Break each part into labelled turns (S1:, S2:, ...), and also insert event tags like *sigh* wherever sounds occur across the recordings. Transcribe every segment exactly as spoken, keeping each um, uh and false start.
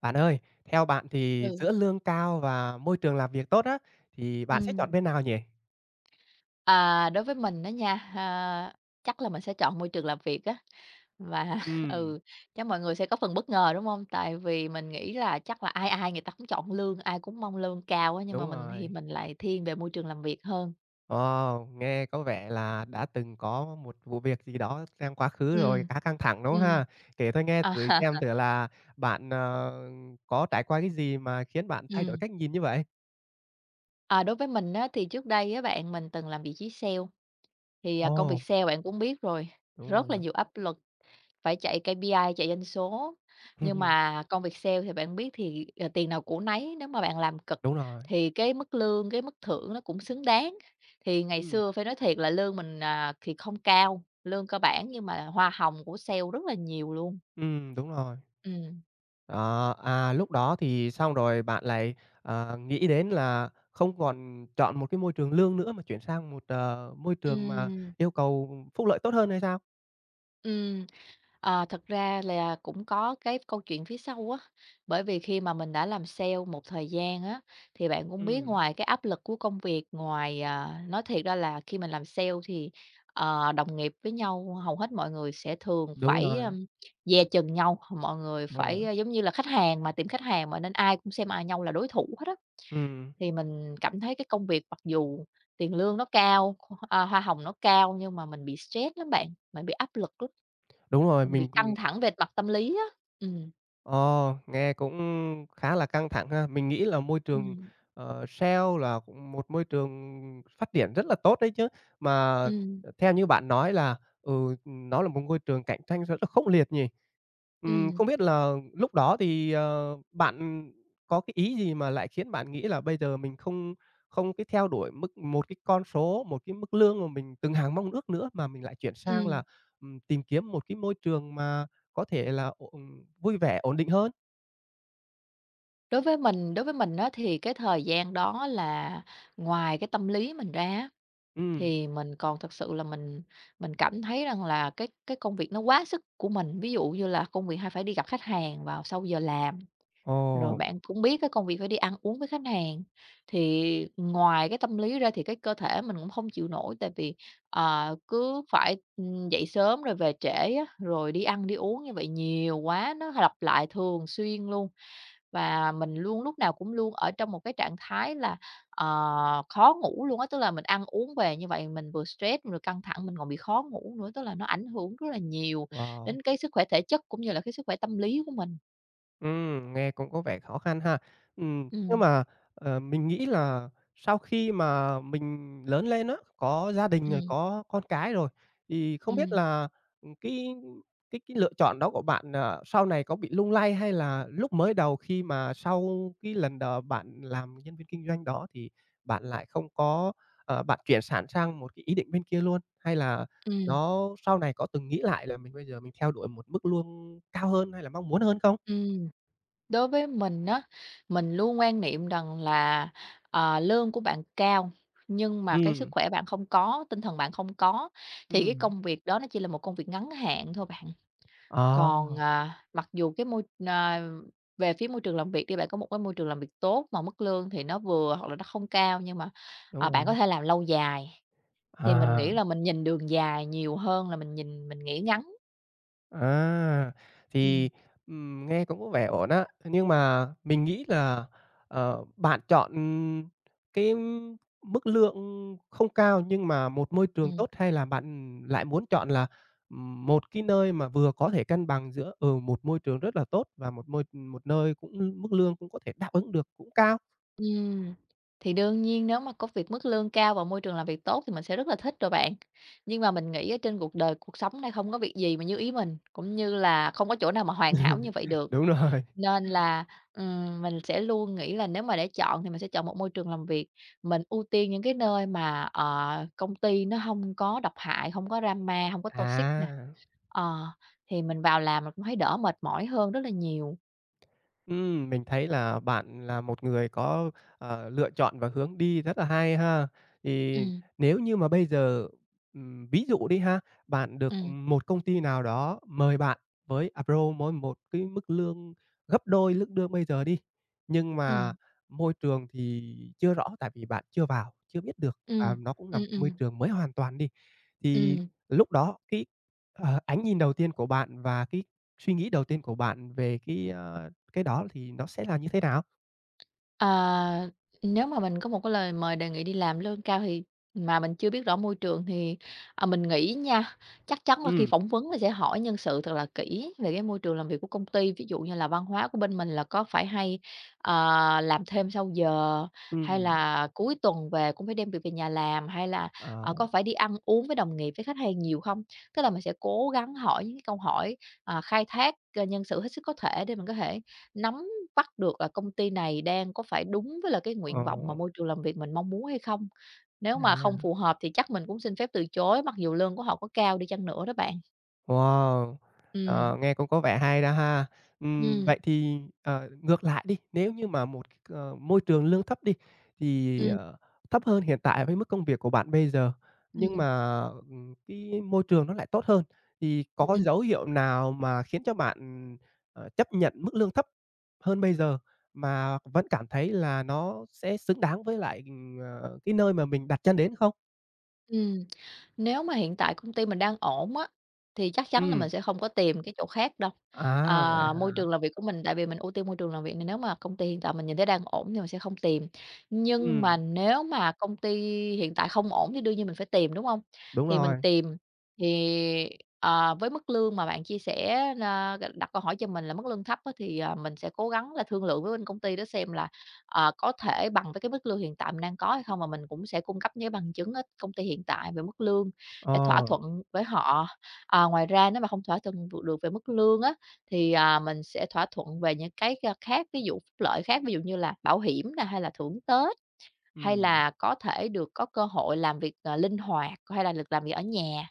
S1: Bạn ơi, theo bạn thì
S2: Ừ,
S1: giữa lương cao và môi trường làm việc tốt á, thì bạn sẽ chọn
S2: ừm.
S1: bên nào nhỉ?
S2: À, đối với mình đó nha, ha, chắc là mình sẽ chọn môi trường làm việc á, và *laughs*
S1: Ừm,
S2: ừ, chắc mọi người sẽ có phần bất ngờ, đúng không? Tại vì mình nghĩ là chắc là ai ai người ta cũng chọn lương, ai cũng mong lương cao á, nhưng mà
S1: đúng
S2: mình thì
S1: rồi.
S2: mình lại thiên về môi trường làm việc hơn.
S1: Ồ, nghe có vẻ là đã từng có một vụ việc gì đó trong quá khứ rồi,
S2: Ừ,
S1: khá căng thẳng, đúng không
S2: ừ,
S1: ha? Kể tôi nghe
S2: à,
S1: thử
S2: *laughs*
S1: xem thử là bạn, ờ, có trải qua cái gì mà khiến bạn thay đổi
S2: ừm.
S1: cách nhìn như vậy?
S2: À, đối với mình á, thì trước đây á bạn, mình từng làm vị trí sale, thì, à, công
S1: Ồ,
S2: việc sale bạn cũng biết rồi,
S1: đúng
S2: rất là
S1: rồi.
S2: nhiều áp lực. Phải chạy ca pê i, chạy doanh số, nhưng
S1: *laughs*
S2: mà công việc sale thì bạn biết thì, ờ, tiền nào của nấy, nếu mà bạn làm cực
S1: Đúng rồi.
S2: thì cái mức lương, cái mức thưởng nó cũng xứng đáng. Thì ngày
S1: Ừ,
S2: xưa phải nói thiệt là lương mình, à, thì không cao, lương cơ bản nhưng mà hoa hồng của sale rất là nhiều luôn.
S1: ừm, đúng rồi.
S2: Ừm.
S1: Ờ, à, lúc đó thì xong rồi bạn lại, ờ, nghĩ đến là không còn chọn một cái môi trường lương nữa mà chuyển sang một, ờ, môi trường mà
S2: Ừm,
S1: yêu cầu phúc lợi tốt hơn hay sao?
S2: ừm. Ờ, thật ra là cũng có cái câu chuyện phía sau á, bởi vì khi mà mình đã làm sale một thời gian á, thì bạn cũng biết
S1: Ừm,
S2: ngoài cái áp lực của công việc, ngoài, à nói thiệt ra là khi mình làm sale thì, ờ, đồng nghiệp với nhau hầu hết mọi người sẽ thường
S1: đúng
S2: phải,
S1: rồi,
S2: ưm, dè chừng nhau, mọi người
S1: đúng rồi,
S2: phải, ơ, giống như là khách hàng mà, tìm khách hàng mà, nên ai cũng xem ai nhau là đối thủ hết á.
S1: ừm,
S2: Thì mình cảm thấy cái công việc mặc dù tiền lương nó cao, à, hoa hồng nó cao nhưng mà mình bị stress lắm bạn, mình bị áp lực lắm.
S1: đúng rồi,
S2: Mình bị
S1: mình.
S2: căng thẳng về mặt tâm lý á. Ừm,
S1: Ồ, nghe cũng khá là căng thẳng ha. Mình nghĩ là môi trường,
S2: ừm,
S1: ờ, sale là cũng một môi trường phát triển rất là tốt đấy chứ. Mà,
S2: ừm,
S1: ờ, theo như bạn nói là, ừ, nó là một môi trường cạnh tranh rất là khốc liệt nhỉ? Ừm,
S2: ừm,
S1: không biết là lúc đó thì, ờ, bạn có cái ý gì mà lại khiến bạn nghĩ là bây giờ mình không không cái theo đuổi mức một cái con số, một cái mức lương mà mình từng hàng mong ước nữa, mà mình lại chuyển sang
S2: ừm.
S1: là, ừm, tìm kiếm một cái môi trường mà có thể là, ồ, vui vẻ, ổn định hơn.
S2: Đối với mình đối với mình á, thì cái thời gian đó là ngoài cái tâm lý mình ra á,
S1: Ừm.
S2: thì mình còn thực sự là mình mình cảm thấy rằng là cái cái công việc nó quá sức của mình. Ví dụ như là công việc hay phải đi gặp khách hàng vào sau giờ làm.
S1: Ồ,
S2: Rồi bạn cũng biết cái công việc phải đi ăn uống với khách hàng, thì ngoài cái tâm lý ra thì cái cơ thể mình cũng không chịu nổi, tại vì, ờ, cứ phải, ừm, dậy sớm rồi về trễ á, rồi đi ăn đi uống như vậy nhiều quá, nó lặp lại thường xuyên luôn. Và mình luôn lúc nào cũng luôn ở trong một cái trạng thái là, ờ, khó ngủ luôn á, tức là mình ăn uống về như vậy mình vừa stress, vừa căng thẳng, mình còn bị khó ngủ nữa, tức là nó ảnh hưởng rất là nhiều
S1: wow!
S2: đến cái sức khỏe thể chất cũng như là cái sức khỏe tâm lý của mình.
S1: Ừm, nghe cũng có vẻ khó khăn ha. Ừm, nhưng
S2: Ừm,
S1: mà, ờ, mình nghĩ là sau khi mà mình lớn lên á, có gia đình rồi,
S2: ừm,
S1: có con cái rồi, thì không biết
S2: ừm.
S1: là, cái cái cái lựa chọn đó của bạn, ờ, sau này có bị lung lay hay là lúc mới đầu khi mà sau cái lần đầu bạn làm nhân viên kinh doanh đó thì bạn lại không có ờ, bạn chuyển sẵn sang một cái ý định bên kia luôn? Hay là
S2: Ừ,
S1: nó sau này có từng nghĩ lại là mình bây giờ mình theo đuổi một mức lương cao hơn hay là mong muốn hơn không?
S2: ừm. Đối với mình á, mình luôn quan niệm rằng là, ờ, lương của bạn cao, nhưng mà cái sức
S1: Ừm,
S2: khỏe bạn không có, tinh thần bạn không có, thì cái
S1: ừm.
S2: công việc đó nó chỉ là một công việc ngắn hạn thôi bạn. Còn,
S1: Ờ,
S2: à, mặc dù cái môi à, về phía môi trường làm việc đi, bạn có một cái môi trường làm việc tốt mà mức lương thì nó vừa hoặc là nó không cao, nhưng mà, ờ,
S1: đúng rồi.
S2: bạn có thể làm lâu dài, thì mình
S1: À,
S2: nghĩ là mình nhìn đường dài nhiều hơn là mình nhìn mình nghĩ ngắn.
S1: à,
S2: Ừm,
S1: thì, ừm, nghe cũng có vẻ ổn á. Thế nhưng mà mình nghĩ là, ờ, bạn chọn cái mức lương không cao nhưng mà một môi trường
S2: ừm.
S1: tốt, hay là bạn lại muốn chọn là, ừm, một cái nơi mà vừa có thể cân bằng giữa, ừ, một môi trường rất là tốt và một môi một nơi cũng mức lương cũng có thể đáp ứng được, cũng cao?
S2: Ừm, thì đương nhiên nếu mà có việc mức lương cao và môi trường làm việc tốt thì mình sẽ rất là thích rồi bạn. Nhưng mà mình nghĩ ở trên cuộc đời, cuộc sống này không có việc gì mà như ý mình, cũng như là không có chỗ nào mà hoàn hảo như vậy
S1: *laughs*
S2: được.
S1: Đúng rồi.
S2: Nên là, ừm, mình sẽ luôn nghĩ là nếu mà để chọn thì mình sẽ chọn một môi trường làm việc, mình ưu tiên những cái nơi mà, ờ, công ty nó không có độc hại, không có drama, không có toxic nè.
S1: À.
S2: Ờ, thì mình vào làm mình cũng thấy đỡ mệt mỏi hơn rất là nhiều.
S1: Ừm, mình thấy là bạn là một người có, ờ, lựa chọn và hướng đi rất là hay ha. Thì
S2: Ừm,
S1: nếu như mà bây giờ, ừm, ví dụ đi ha, bạn được
S2: ừm,
S1: một công ty nào đó mời bạn với approach mỗi một cái mức lương gấp đôi mức lương bây giờ đi, nhưng mà
S2: ừm,
S1: môi trường thì chưa rõ tại vì bạn chưa vào, chưa biết được,
S2: ừm,
S1: và nó cũng là
S2: ừm,
S1: một môi
S2: ừm,
S1: trường mới hoàn toàn đi. Thì
S2: ừm.
S1: lúc đó cái, ờ, ánh nhìn đầu tiên của bạn và cái suy nghĩ đầu tiên của bạn về cái, a, cái đó thì nó sẽ là như thế nào?
S2: À, Nếu mà mình có một cái lời mời đề nghị đi làm lương cao thì mà mình chưa biết rõ môi trường thì, à, mình nghĩ nha, chắc chắn là khi
S1: Ừm,
S2: phỏng vấn là sẽ hỏi nhân sự thật là kỹ về cái môi trường làm việc của công ty. Ví dụ như là văn hóa của bên mình là có phải hay, ờ, làm thêm sau giờ, hay
S1: ừm,
S2: là cuối tuần về cũng phải đem việc về nhà làm, hay là,
S1: ờ,
S2: ờ, có phải đi ăn uống với đồng nghiệp, với khách hàng nhiều không? Tức là mình sẽ cố gắng hỏi những cái câu hỏi, à, khai thác, ờ, nhân sự hết sức có thể để mình có thể nắm bắt được là công ty này đang có phải đúng với là cái
S1: ờ,
S2: nguyện vọng mà môi trường làm việc mình mong muốn hay không. Nếu mà không
S1: à.
S2: phù hợp thì chắc mình cũng xin phép từ chối, mặc dù lương của họ có cao đi chăng nữa đó bạn.
S1: Wow!
S2: Ừm.
S1: Ờ, nghe cũng có vẻ hay đó ha. Ừm,
S2: Ừm,
S1: vậy thì, ờ, ngược lại đi, nếu như mà một, cái, ờ, môi trường lương thấp đi, thì,
S2: ừm,
S1: ờ, thấp hơn hiện tại với mức công việc của bạn bây giờ, nhưng
S2: ừm,
S1: mà, ừm, cái môi trường nó lại tốt hơn, thì có
S2: ừm,
S1: dấu hiệu nào mà khiến cho bạn, ờ, chấp nhận mức lương thấp hơn bây giờ mà vẫn cảm thấy là nó sẽ xứng đáng với lại, ừm, ờ, cái nơi mà mình đặt chân đến không?
S2: ừm. Nếu mà hiện tại công ty mình đang ổn á, thì chắc chắn là
S1: Ừm,
S2: mình sẽ không có tìm cái chỗ khác đâu.
S1: à, vậy
S2: Ờ, môi
S1: hả?
S2: trường làm việc của mình tại vì mình ưu tiên môi trường làm việc này, nếu mà công ty hiện tại mình nhìn thấy đang ổn thì mình sẽ không tìm. Nhưng mà
S1: Ừm,
S2: nếu mà công ty hiện tại không ổn thì đương nhiên mình phải tìm, đúng không?
S1: đúng
S2: Thì mình
S1: rồi,
S2: tìm thì, ờ, với mức lương mà bạn chia sẻ, a, đặt câu hỏi cho mình là mức lương thấp á, thì, à, mình sẽ cố gắng là thương lượng với bên công ty đó xem là, ờ, có thể bằng với cái mức lương hiện tại mình đang có hay không, và mình cũng sẽ cung cấp những cái bằng chứng ở công ty hiện tại về mức lương để thỏa
S1: ờ.
S2: thuận với họ. À, ngoài ra nếu mà không thỏa thuận được được về mức lương á, thì, à, mình sẽ thỏa thuận về những cái, a, khác, ví dụ phúc lợi khác, ví dụ như là bảo hiểm nè, hay là thưởng Tết, hay
S1: Ừm,
S2: là có thể được có cơ hội làm việc, ờ, linh hoạt, hay là được làm việc ở nhà.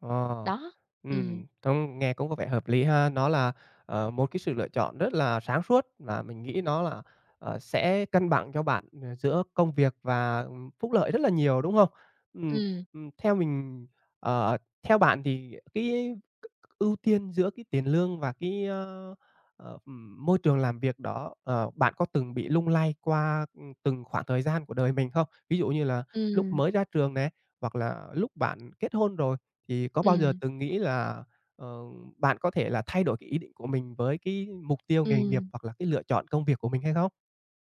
S1: ờ,
S2: Đó, Ừ,
S1: ừm, trông nghe cũng có vẻ hợp lý ha. Nó là, ờ, một cái sự lựa chọn rất là sáng suốt và mình nghĩ nó là, ờ, sẽ cân bằng cho bạn, ờ, giữa công việc và, ừm, phúc lợi rất là nhiều, đúng không? Ừm,
S2: ừ,
S1: ừm, theo mình ờ, theo bạn thì cái ưu tiên giữa cái tiền lương và cái, ơ, ờ, ừm, môi trường làm việc đó, ờ, bạn có từng bị lung lay qua, ừm, từng khoảng thời gian của đời mình không? Ví dụ như là
S2: ừ,
S1: lúc mới ra trường này hoặc là lúc bạn kết hôn rồi. Thì có bao giờ
S2: ừ,
S1: từng nghĩ là, ờ, bạn có thể là thay đổi cái ý định của mình với cái mục tiêu nghề nghiệp
S2: ừ,
S1: hoặc là cái lựa chọn công việc của mình hay không?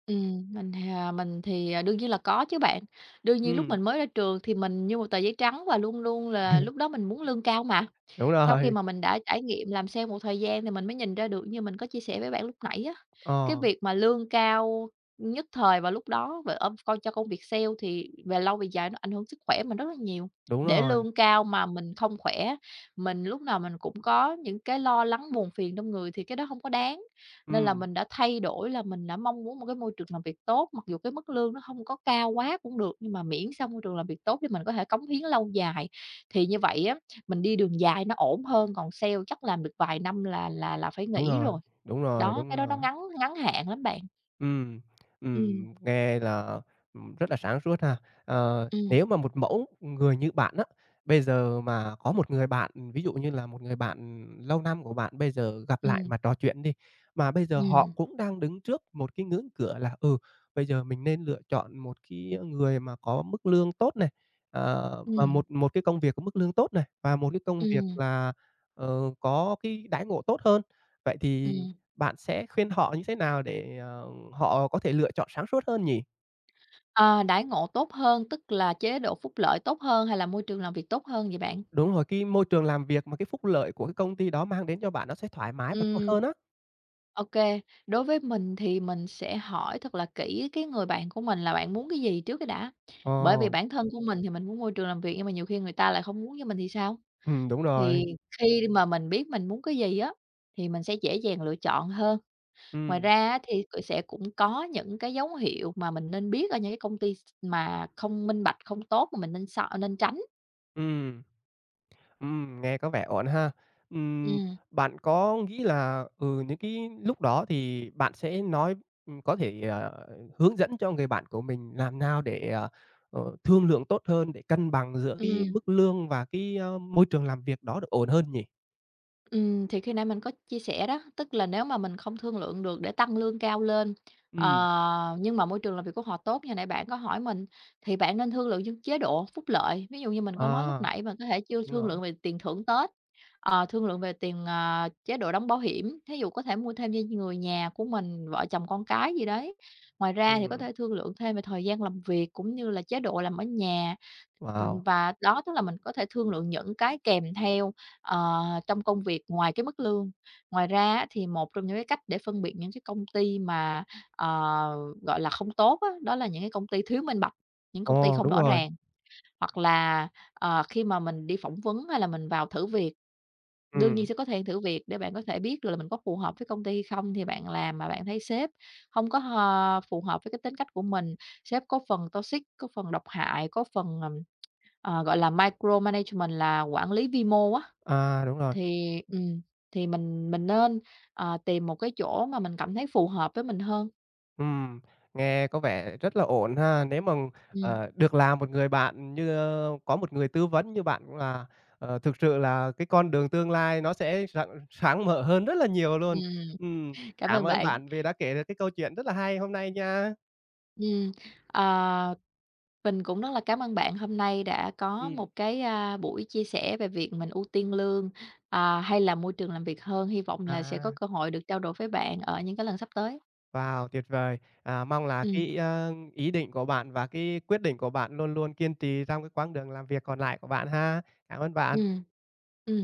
S2: ừm, mình thì, à, mình thì, à, đương nhiên là có chứ bạn. Đương nhiên lúc
S1: Ừm,
S2: mình mới ra trường thì mình như một tờ giấy trắng và luôn luôn là lúc đó mình muốn lương cao mà.
S1: đúng
S2: Sau khi
S1: rồi,
S2: mà mình đã trải nghiệm làm sale một thời gian thì mình mới nhìn ra được như mình có chia sẻ với bạn lúc nãy á, cái
S1: ờ,
S2: việc mà lương cao nhất thời vào lúc đó về ôm coi cho công việc sale thì về lâu về dài nó ảnh hưởng sức khỏe mình rất là nhiều.
S1: đúng
S2: Để
S1: rồi,
S2: lương cao mà mình không khỏe, mình lúc nào mình cũng có những cái lo lắng buồn phiền trong người thì cái đó không có đáng. Nên là
S1: ừm,
S2: mình đã thay đổi là mình đã mong muốn một cái môi trường làm việc tốt, mặc dù cái mức lương nó không có cao quá cũng được, nhưng mà miễn sao môi trường làm việc tốt để mình có thể cống hiến lâu dài. Thì như vậy á mình đi đường dài nó ổn hơn, còn sale chắc làm được vài năm là là là phải
S1: đúng
S2: nghỉ
S1: rồi,
S2: rồi.
S1: đúng rồi,
S2: Đó,
S1: đúng
S2: cái đó nó
S1: rồi.
S2: ngắn ngắn hạn lắm bạn.
S1: Ừm,
S2: Ừm,
S1: ừm, nghe là, ừm, rất là sáng suốt ha. Ờ,
S2: ừm,
S1: nếu mà một mẫu người như bạn á, bây giờ mà có một người bạn, ví dụ như là một người bạn lâu năm của bạn bây giờ gặp lại
S2: ừm,
S1: mà trò chuyện đi, mà bây giờ
S2: ừm,
S1: họ cũng đang đứng trước một cái ngưỡng cửa là, ừ, bây giờ mình nên lựa chọn một cái người mà có mức lương tốt này, ờ, và
S2: ừm,
S1: một một cái công việc có mức lương tốt này, và một cái công việc
S2: ừm,
S1: là, ờ, có cái đãi ngộ tốt hơn. Vậy thì
S2: ừm.
S1: bạn sẽ khuyên họ như thế nào để, ờ, họ có thể lựa chọn sáng suốt hơn nhỉ?
S2: Ờ, đãi ngộ tốt hơn, tức là chế độ phúc lợi tốt hơn hay là môi trường làm việc tốt hơn vậy bạn?
S1: Đúng rồi, cái môi trường làm việc mà cái phúc lợi của cái công ty đó mang đến cho bạn nó sẽ thoải mái và tốt
S2: Ừm,
S1: hơn á.
S2: ok. Đối với mình thì mình sẽ hỏi thật là kỹ cái người bạn của mình là bạn muốn cái gì trước cái đã. Bởi vì
S1: Ồ,
S2: bản thân của mình thì mình muốn môi trường làm việc nhưng mà nhiều khi người ta lại không muốn như mình thì sao?
S1: ừm, đúng
S2: Thì
S1: rồi.
S2: khi mà mình biết mình muốn cái gì á, thì mình sẽ dễ dàng lựa chọn hơn. Ngoài
S1: Ừm,
S2: ra á thì c sẽ cũng có những cái dấu hiệu mà mình nên biết ở những cái công ty s mà không minh bạch, không tốt mà mình nên sợ nên tránh.
S1: ừm, ừm, nghe có vẻ ổn ha. Ừm,
S2: Ừm,
S1: bạn có nghĩ là, ừ, những cái lúc đó thì bạn sẽ nói ừm, có thể, ờ, hướng dẫn cho người bạn của mình làm nào để, ờ, ờ, thương lượng tốt hơn, để cân bằng giữa cái
S2: ừm.
S1: mức lương và cái, ơ, môi trường làm việc đó được ổn hơn nhỉ?
S2: Ừm, thì khi nãy mình có chia sẻ đó, tức là nếu mà mình không thương lượng được để tăng lương cao lên,
S1: Ừm.
S2: ờ, nhưng mà môi trường làm việc của họ tốt như nãy bạn có hỏi mình, thì bạn nên thương lượng những chế độ phúc lợi. Ví dụ như mình có nói lúc
S1: À,
S2: nãy mình có thể chưa
S1: đúng
S2: thương
S1: rồi,
S2: lượng về tiền thưởng Tết, ờ, thương lượng về tiền, ờ, chế độ đóng bảo hiểm, thí dụ có thể mua thêm cho người nhà của mình, vợ chồng con cái gì đấy. Ngoài ra thì có
S1: ừm,
S2: thể thương lượng thêm về thời gian làm việc cũng như là chế độ làm ở nhà
S1: wow,
S2: và đó, tức là mình có thể thương lượng những cái kèm theo, ờ, trong công việc ngoài cái mức lương. Ngoài ra á, thì một trong những cái cách để phân biệt những cái công ty mà, ờ, gọi là không tốt á, đó là những cái công ty thiếu minh bạch, những công ty
S1: ồ,
S2: không
S1: đúng
S2: rõ
S1: rồi,
S2: ràng, hoặc là, ờ, khi mà mình đi phỏng vấn hay là mình vào thử việc, đương nhiên
S1: ừm,
S2: sẽ có thêm thử việc để bạn có thể biết được là mình có phù hợp với công ty hay không, thì bạn làm mà bạn thấy sếp không có, ờ, phù hợp với cái tính cách của mình, sếp có phần toxic, có phần độc hại, có phần, Ờ, gọi là, micromanagement là quản lý vi mô á,
S1: à, đúng rồi,
S2: thì ừm, thì mình mình nên, ờ, tìm một cái chỗ mà mình cảm thấy phù hợp với mình hơn.
S1: ừm, nghe có vẻ rất là ổn ha. Nếu mà,
S2: Ừm,
S1: ờ, được làm một người bạn như ơ, có một người tư vấn như bạn cũng là, ờ, thực sự là cái con đường tương lai nó sẽ rặng sáng mở hơn rất là nhiều luôn.
S2: ừm,
S1: Ừm,
S2: cảm ơn
S1: cảm ơn
S2: bạn.
S1: bạn vì đã kể được cái câu chuyện rất là hay hôm nay nha.
S2: Ừm, ờ, mình cũng rất là cảm ơn bạn hôm nay đã có
S1: Ừm,
S2: một cái, a, buổi chia sẻ về việc mình ưu tiên lương, à, hay là môi trường làm việc hơn. Hy vọng là sẽ có
S1: à.
S2: cơ hội được trao đổi với bạn ở những cái lần sắp tới.
S1: Wow, tuyệt vời! À, mong là
S2: Ừm,
S1: cái, ơ, ý định của bạn và cái quyết định của bạn luôn luôn kiên trì trong cái quãng đường làm việc còn lại của bạn ha. Cảm ơn bạn.
S2: ừm, ừm.